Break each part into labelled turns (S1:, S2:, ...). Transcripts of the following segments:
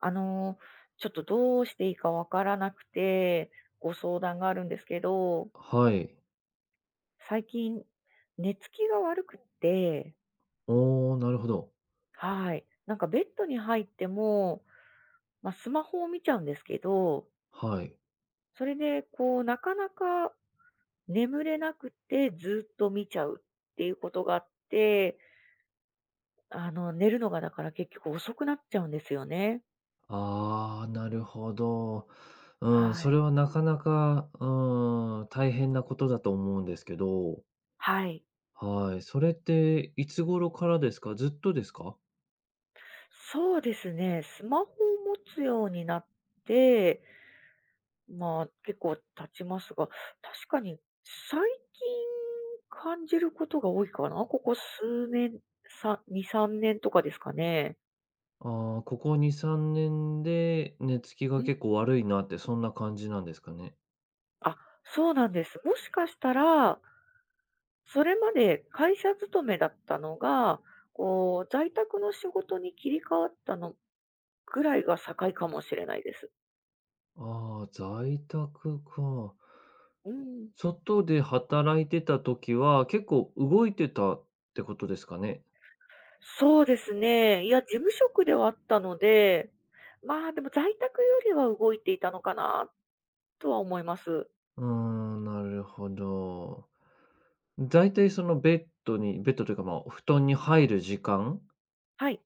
S1: あのー、ちょっとどうしていいかわからなくて、ご相談があるんですけど、
S2: はい。
S1: 最近、寝つきが悪くって、
S2: おお、なるほど。
S1: はい。なんかベッドに入っても、まあ、スマホを見ちゃうんですけど、
S2: はい。
S1: それでこう、なかなか眠れなくて、ずっと見ちゃうっていうことがあって、あの、寝るのがだから結局遅くなっちゃうんですよね。
S2: ああ、なるほど。うん、
S1: は
S2: そ
S1: い。
S2: れはなかなか、うん、大変なことだと思うんですけど、
S1: はい。
S2: はい。それっていつ頃からですか？ずっとですか？
S1: そうですね、スマホを持つようになって、まあ、結構経ちますが、確かに最近感じることが多いかな。ここ数年、2、3年とかですかね。
S2: ああー、ここ2、3年で寝つき
S1: う
S2: が
S1: ん。
S2: 結構悪いなってそんな感じなんですかね？
S1: あ、そうなんです。もしかしたら、それまで会社勤めだったのが、こう在宅の仕事に切り替わったのぐらいが境かもしれないです。
S2: ああ、在宅か。
S1: うん。
S2: 外で働いてた時は結構動いてたってことですかね？
S1: そうですね。いや、事務職ではあったので、まあ、でも在宅よりは動いていたのかなとは思います。
S2: うーん、なるほど。だいたいそのベッドというか、まあ、お布団に入る時間
S1: はい。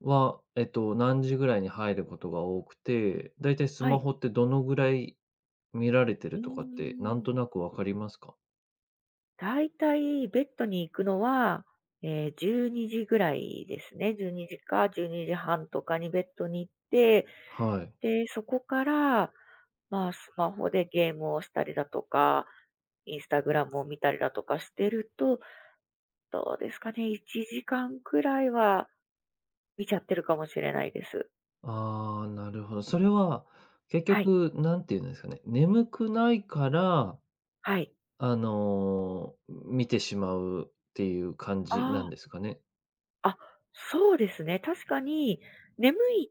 S2: は、何時ぐらいに入ることが多くて、だいたいス
S1: は
S2: マ
S1: い。
S2: ホってどのぐらい見られて
S1: う
S2: る
S1: ー
S2: とかって、なん
S1: ん。
S2: となくわかりますか？
S1: だいたいベッドに行くのは、ええ、12時ぐらいですね。12時か12時半とかにベッドに行って、
S2: はい。
S1: で、そこから、まあ、スマホでゲームをしたりだとか、インスタグラムを見たりだとかしてると、どうですかね、1時間くらいは見ちゃってるかもしれないです。
S2: ああ、なるほど。それは結
S1: はい、
S2: 局、なんていうんですかね、眠くないから、
S1: はい。
S2: 見てしまうっていう感じな
S1: あ
S2: んですかね？
S1: あ、あ、そうですね。確かに、眠い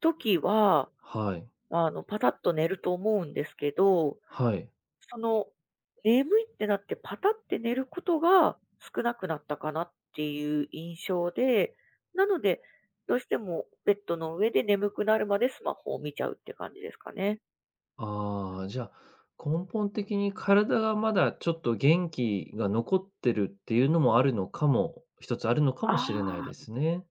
S1: 時は、
S2: はい。
S1: あの、パタッと寝ると思うんですけど、
S2: はい。
S1: その、眠いってなってパタって寝ることが少なくなったかなっていう印象で、なので、どうしてもベッドの上で眠くなるまでスマホを見ちゃうって感じですかね。
S2: ああ、じゃあ、根本的に体がまだちょっと元気が残ってるっていうのもあるのかも一つあるのか
S1: あ
S2: もしれないで
S1: あ。
S2: すね。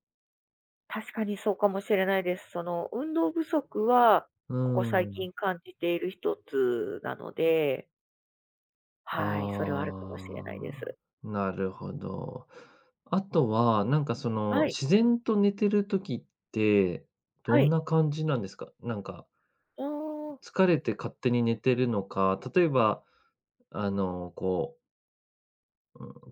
S1: 確かにそうかもしれないです。その、運動不足は、
S2: うー
S1: ここ最近
S2: ん。
S1: 感じている一つなので、はい、それはあるかもしれないで
S2: ああ、
S1: す。
S2: なるほど。あとは、なんか
S1: はい、
S2: 自然と寝てる時って、
S1: は
S2: どん
S1: い。
S2: な感じなんですか？なんか、
S1: うーん。
S2: 疲れて勝手に寝てるのか、例えば、こう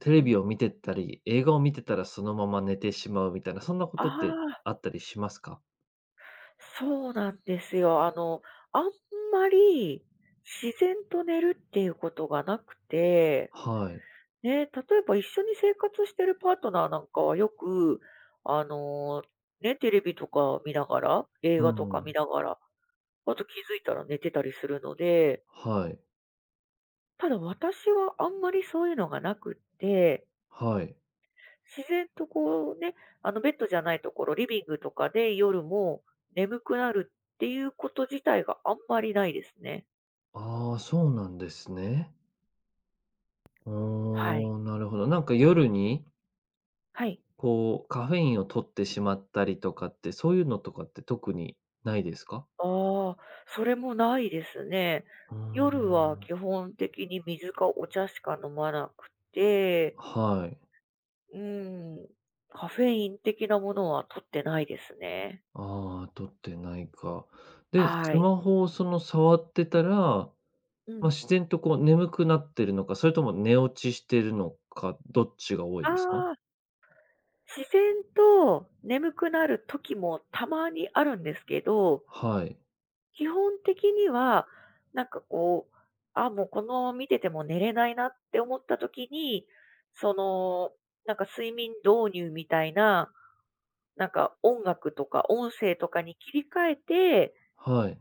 S2: テ
S1: う
S2: レ
S1: ん。
S2: ビを見てたり、映画を見てたらそのまま寝てしまうみたいな、そんなこ
S1: あ
S2: とって
S1: あ、
S2: あったりしますか？
S1: そうなんですよ。あの、あんまり自然と寝るっていうことがなくて、
S2: はい。
S1: ね、例えば一緒に生活してるパートナーなんかはよく、あの、ね、テレビとか見ながら、映
S2: う
S1: 画とか見
S2: ん
S1: ながらあと気づいたら寝てたりするので、
S2: はい。
S1: ただ私はあんまりそういうのがなくって、
S2: はい。
S1: 自然とこうね、あのベッドじゃないところ、リビングとかで夜も眠くなるっていうこと自体があんまりないですね。
S2: ああ、そうなんですね。
S1: はい。
S2: おお、なるほど。なんか夜に、
S1: はい。
S2: こうカフェインを取ってしまったりとかって、そういうのとかって特にないですか？
S1: ああ、それもないですね。
S2: うー
S1: 夜は基
S2: ん。
S1: 本的に水かお茶しか飲まなくて、
S2: はい。
S1: うん、カフェイン的なものは取ってないですね。
S2: ああ、取ってないか。で、
S1: は
S2: ス
S1: い。
S2: マホを触ってたら、
S1: う
S2: まあ、
S1: ん。
S2: 自然とこう眠くなってるのか、それとも寝落ちしてるのか、どっちが多い
S1: あ
S2: ですか？
S1: あ。自然と眠くなる時もたまにあるんですけど、
S2: はい。
S1: 基本的には、なんかこう、あ、もうこの見てても寝れないなって思った時に、その、なんか睡眠導入みたいな、なんか音楽とか音声とかに切り替えて、
S2: はい。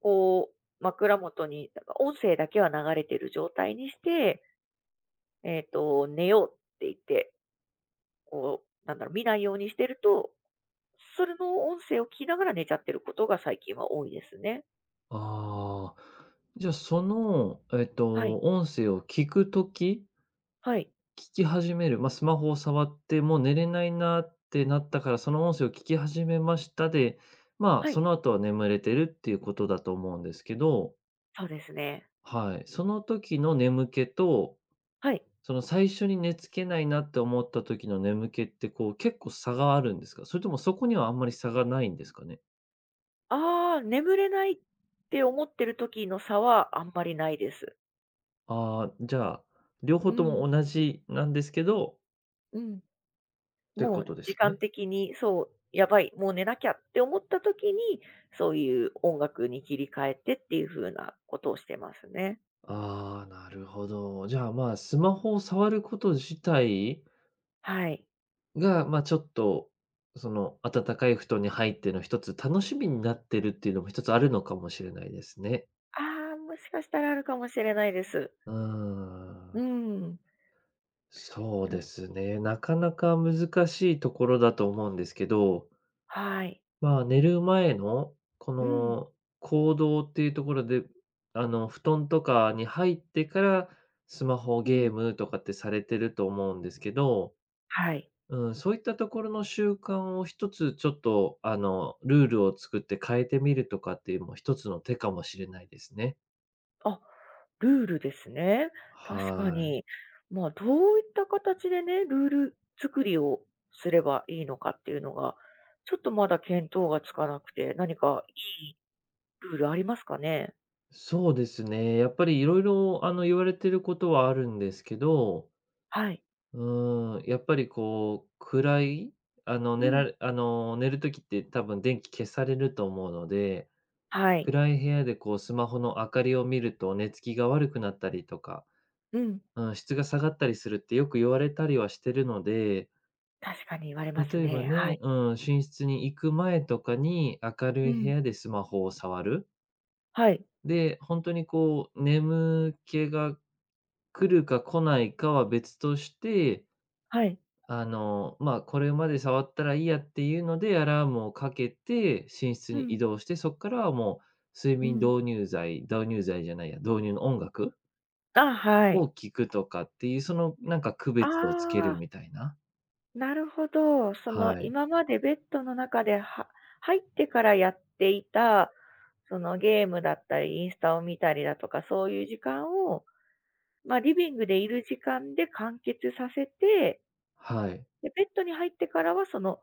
S1: こう、枕元に、なんか音声だけは流れてる状態にして、寝ようって言って、こう、なんだろう、見ないようにしてると、それの音声を聞きながら寝ちゃってることが最近は多いですね。
S2: ああ。じゃあ、
S1: はい。
S2: 音声を
S1: はい。
S2: 聞き始める、まあ、スマホを触ってもう寝れないなってなったから、その音声を聞き始めましたで、まあ、
S1: は
S2: そ
S1: い。
S2: の後は眠れてるっていうことだと思うんですけど、
S1: そうですね。
S2: はい。その時の眠気と
S1: はい。
S2: その最初に寝付けないなって思った時の眠気って、こう、結構差があるんですか？それともそこにはあんまり差がないんですかね？
S1: ああ、眠れないって思ってる時の差はあんまりないです。
S2: ああ、じゃあ、両
S1: う
S2: 方と
S1: ん。
S2: も同じなんですけど
S1: うん。
S2: って
S1: も
S2: こ
S1: う
S2: とで
S1: 時
S2: す
S1: 間
S2: ね。
S1: 的に、そう、やばい、もう寝なきゃって思った時に、そういう音楽に切り替えてっていう風なことをしてますね。
S2: ああ、なるほど。じゃあ、まあ、スマホを触ること自体
S1: はい。
S2: が、ま、ちょっと、その、温かい布団に入っての一つ楽しみになってるっていうのも一つあるのかもしれないですね。
S1: ああ、もしかしたらあるかもしれないです。
S2: うー
S1: う
S2: ん。
S1: ーん。
S2: そう
S1: な
S2: ですね。なかなか難しいところだと思うんですけど、
S1: はい。
S2: まあ、寝る前の、こ
S1: うん。
S2: の、行動っていうところで、布団とかに入ってから、スマホ
S1: う
S2: ゲ
S1: ん。
S2: ームとかってされてると思うんですけど、
S1: はい。
S2: うん、そういったところの習慣を一つちょっと、ルールを作って変えてみるとかっていうのも一つの手かもしれないですね。
S1: あ、ルールですね。確か
S2: はい。
S1: に。まあ、どういった形でね、ルール作りをすればいいのかっていうのが、ちょっとまだ見当がつかなくて、何かルールありますかね？
S2: そうですね。やっぱりいろいろ言われてることはあるんですけど、
S1: はい。
S2: うーん、やっぱりこう、暗い、
S1: う
S2: 寝ら
S1: ん。
S2: れ寝る時って多分電気消されると思うので、
S1: はい。
S2: 暗い部屋でこうスマホの明かりを見ると寝つきが悪くなったりとか、
S1: うん。
S2: うん、質が下がったりするってよく言われたりはしてるので、
S1: 確かに言われます
S2: 例えば
S1: ね。は
S2: ね、
S1: い。
S2: うん、寝室に行く前とかに明る
S1: う
S2: い部
S1: ん。
S2: 屋でスマホを触る。
S1: はい。
S2: で、本当にこう眠気が来るか来ないかは別として、
S1: はい。
S2: まあ、これまで触ったらいいやっていうので、アラームをかけて、寝室
S1: う
S2: に移
S1: ん。
S2: 動して、そこからはもう睡
S1: う
S2: 眠
S1: ん。
S2: 導入剤導入剤じゃないや、導入の音楽
S1: あ、はい。
S2: を聴くとかっていう、そのなんか区
S1: あ
S2: 別をつける
S1: あ、
S2: みたいな。
S1: なるほど。そ
S2: は
S1: の、
S2: い。
S1: 今までベッドの中では入ってからやっていたそのゲームだったり、インスタを見たりだとか、そういう時間を、まあ、リビングでいる時間で完結させて、
S2: はい。
S1: で、ベッドに入ってからはその、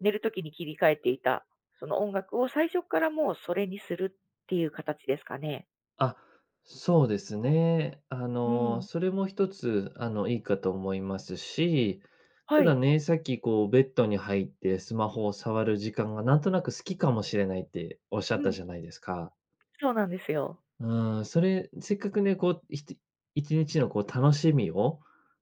S1: 寝る時に切り替えていた、その音楽を最初からもうそれにするっていう形ですかね。
S2: あ、そうですね。
S1: うん。
S2: それも一つ、いいかと思いますし、
S1: は
S2: ただ
S1: い。
S2: ね、さっきこうベッドに入ってスマホを触る時間がなんとなく好きかもしれないっておっしゃ
S1: う
S2: った
S1: ん。
S2: じゃないですか。
S1: そうなんですよ。
S2: うん、それ、せっかくね、こう、1日のこう楽しみを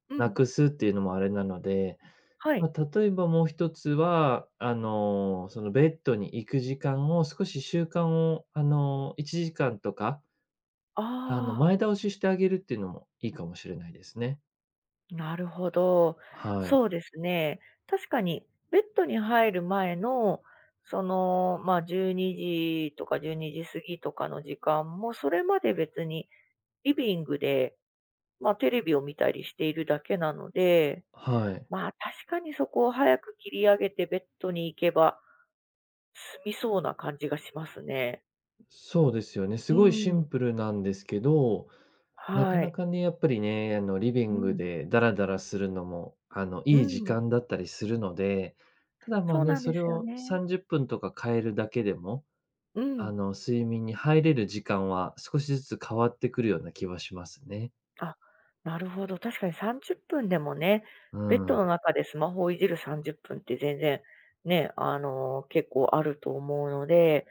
S1: う
S2: な
S1: ん。
S2: くすっていうのもあれなので、
S1: はい。
S2: まあ、例えばもう一つは、そのベッドに行く時間を少し習慣を、1時間とか、
S1: ああ。
S2: 前倒ししてあげるっていうのもいいかもしれないですね。
S1: なるほど。
S2: はい。
S1: そうですね。確かに、ベッドに入る前の、その、まあ、12時とか12時過ぎとかの時間も、それまで別にリビングで、まあ、テレビを見たりしているだけなので、
S2: はい。
S1: まあ、確かにそこを早く切り上げてベッドに行けば、済みそうな感じがしますね。
S2: そうですよね。す
S1: う
S2: ごいシン
S1: ん。
S2: プルなんですけど、なか
S1: は
S2: な
S1: い。
S2: かね、やっぱりね、リビ
S1: う
S2: ング
S1: ん。
S2: でダラダラするのも、
S1: う
S2: いい時
S1: ん。
S2: 間だったりするので、ただまあ
S1: そう
S2: ね、
S1: なん
S2: そ
S1: で
S2: れ
S1: すよ
S2: を
S1: ね。
S2: 30分とか変えるだけでも、
S1: うん。
S2: 睡眠に入れる時間は少しずつ変わってくるような気はしますね。
S1: あ、なるほど。確かに30分でもね、
S2: う
S1: ベッド
S2: ん。
S1: の中でスマホをいじる30分っぷんって全然ね、あの、結構あると思うので、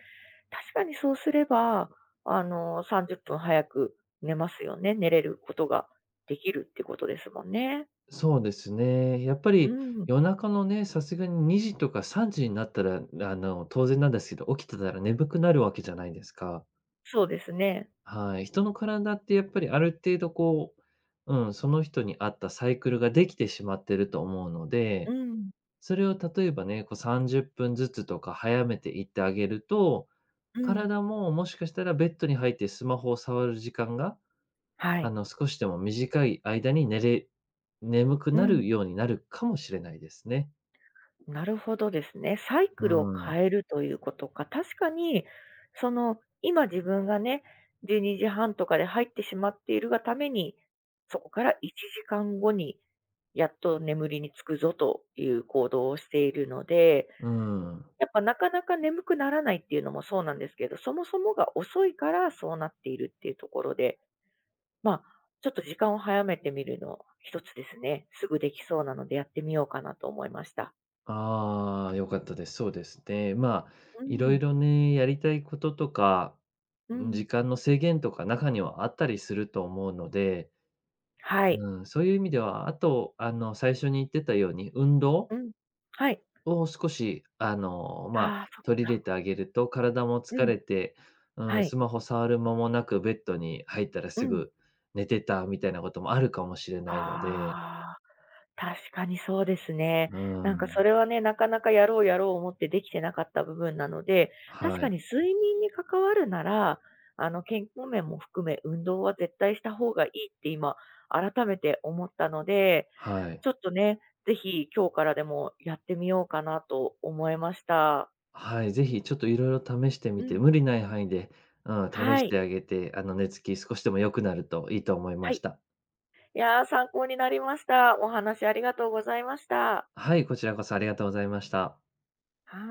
S1: 確かにそうすれば、あの、30分早く寝ますよね。寝れることができるってことですもんね。
S2: そうですね。やっぱ
S1: う
S2: り
S1: ん。
S2: 夜中のね、さすがに2時とか3時になったら、当然なんですけど、起きてたら眠くなるわけじゃないですか。
S1: そうですね。
S2: はい、人の体ってやっぱりある程度こう、うん、その人に合ったサイクルができてしまってると思うの
S1: う
S2: で、
S1: ん。
S2: それを例えばね、こう30分ずつとか早めていってあげると、
S1: うん。
S2: 体ももしかしたらベッドに入ってスマホを触る時間が、
S1: はい。
S2: 少しでも短い間に眠く
S1: う
S2: な
S1: ん。
S2: るようになるかもしれないですね。
S1: なるほどですね。サイ
S2: う
S1: クルを
S2: ん、
S1: 変えるということか。確かに、その、今自分がね、12時半とかで入ってしまっているがために、そこから1時間後に、やっと眠りにつくぞという行動をしているので、
S2: うん。
S1: やっぱなかなか眠くならないっていうのもそうなんですけど、そもそもが遅いからそうなっているっていうところで、まあ、ちょっと時間を早めてみるの一つですね。すぐできそうなのでやってみようかなと思いました。
S2: ああ、良かったです。そうですね。まあ、
S1: う
S2: いろい
S1: ん。
S2: ろね、やりたいこととか、
S1: うん。
S2: 時間の制限とか中にはあったりすると思うので、
S1: はい。
S2: うん、そういう意味では、あと、最初に言ってたように、運動
S1: うん。はい。
S2: を少し、まあ、
S1: ああ、そっ
S2: 取り入れて
S1: か。
S2: あげると、体も
S1: う
S2: 疲
S1: ん。
S2: れて、う
S1: は
S2: ん、ス
S1: い。
S2: マホ触る間もなく、ベッドに入ったら
S1: う
S2: す
S1: ん。
S2: ぐ寝てたみたいなこともあるかもしれないので、
S1: ああ、確かにそうですね。
S2: う
S1: なんかそ
S2: ん、
S1: れはね、なかなかやろうやろう思ってできてなかった部分なので、確
S2: は
S1: か
S2: い、
S1: に睡眠に関わるなら、あの、健康面も含め運動は絶対した方がいいって今改めて思ったので、
S2: はい。
S1: ちょっとね、ぜひ今日からでもやってみようかなと思いました。
S2: はい、ぜひちょっといろいろ試して
S1: う
S2: みて、
S1: ん。
S2: 無理ない範囲で、うん、試
S1: は
S2: し
S1: い。
S2: てあげて、寝つき少しでも良くなるといいと思い
S1: は
S2: ま
S1: い。
S2: した。
S1: いやー、参考になりました。お話ありがとうございました。
S2: はい、こちらこそありがとうございました。
S1: はい。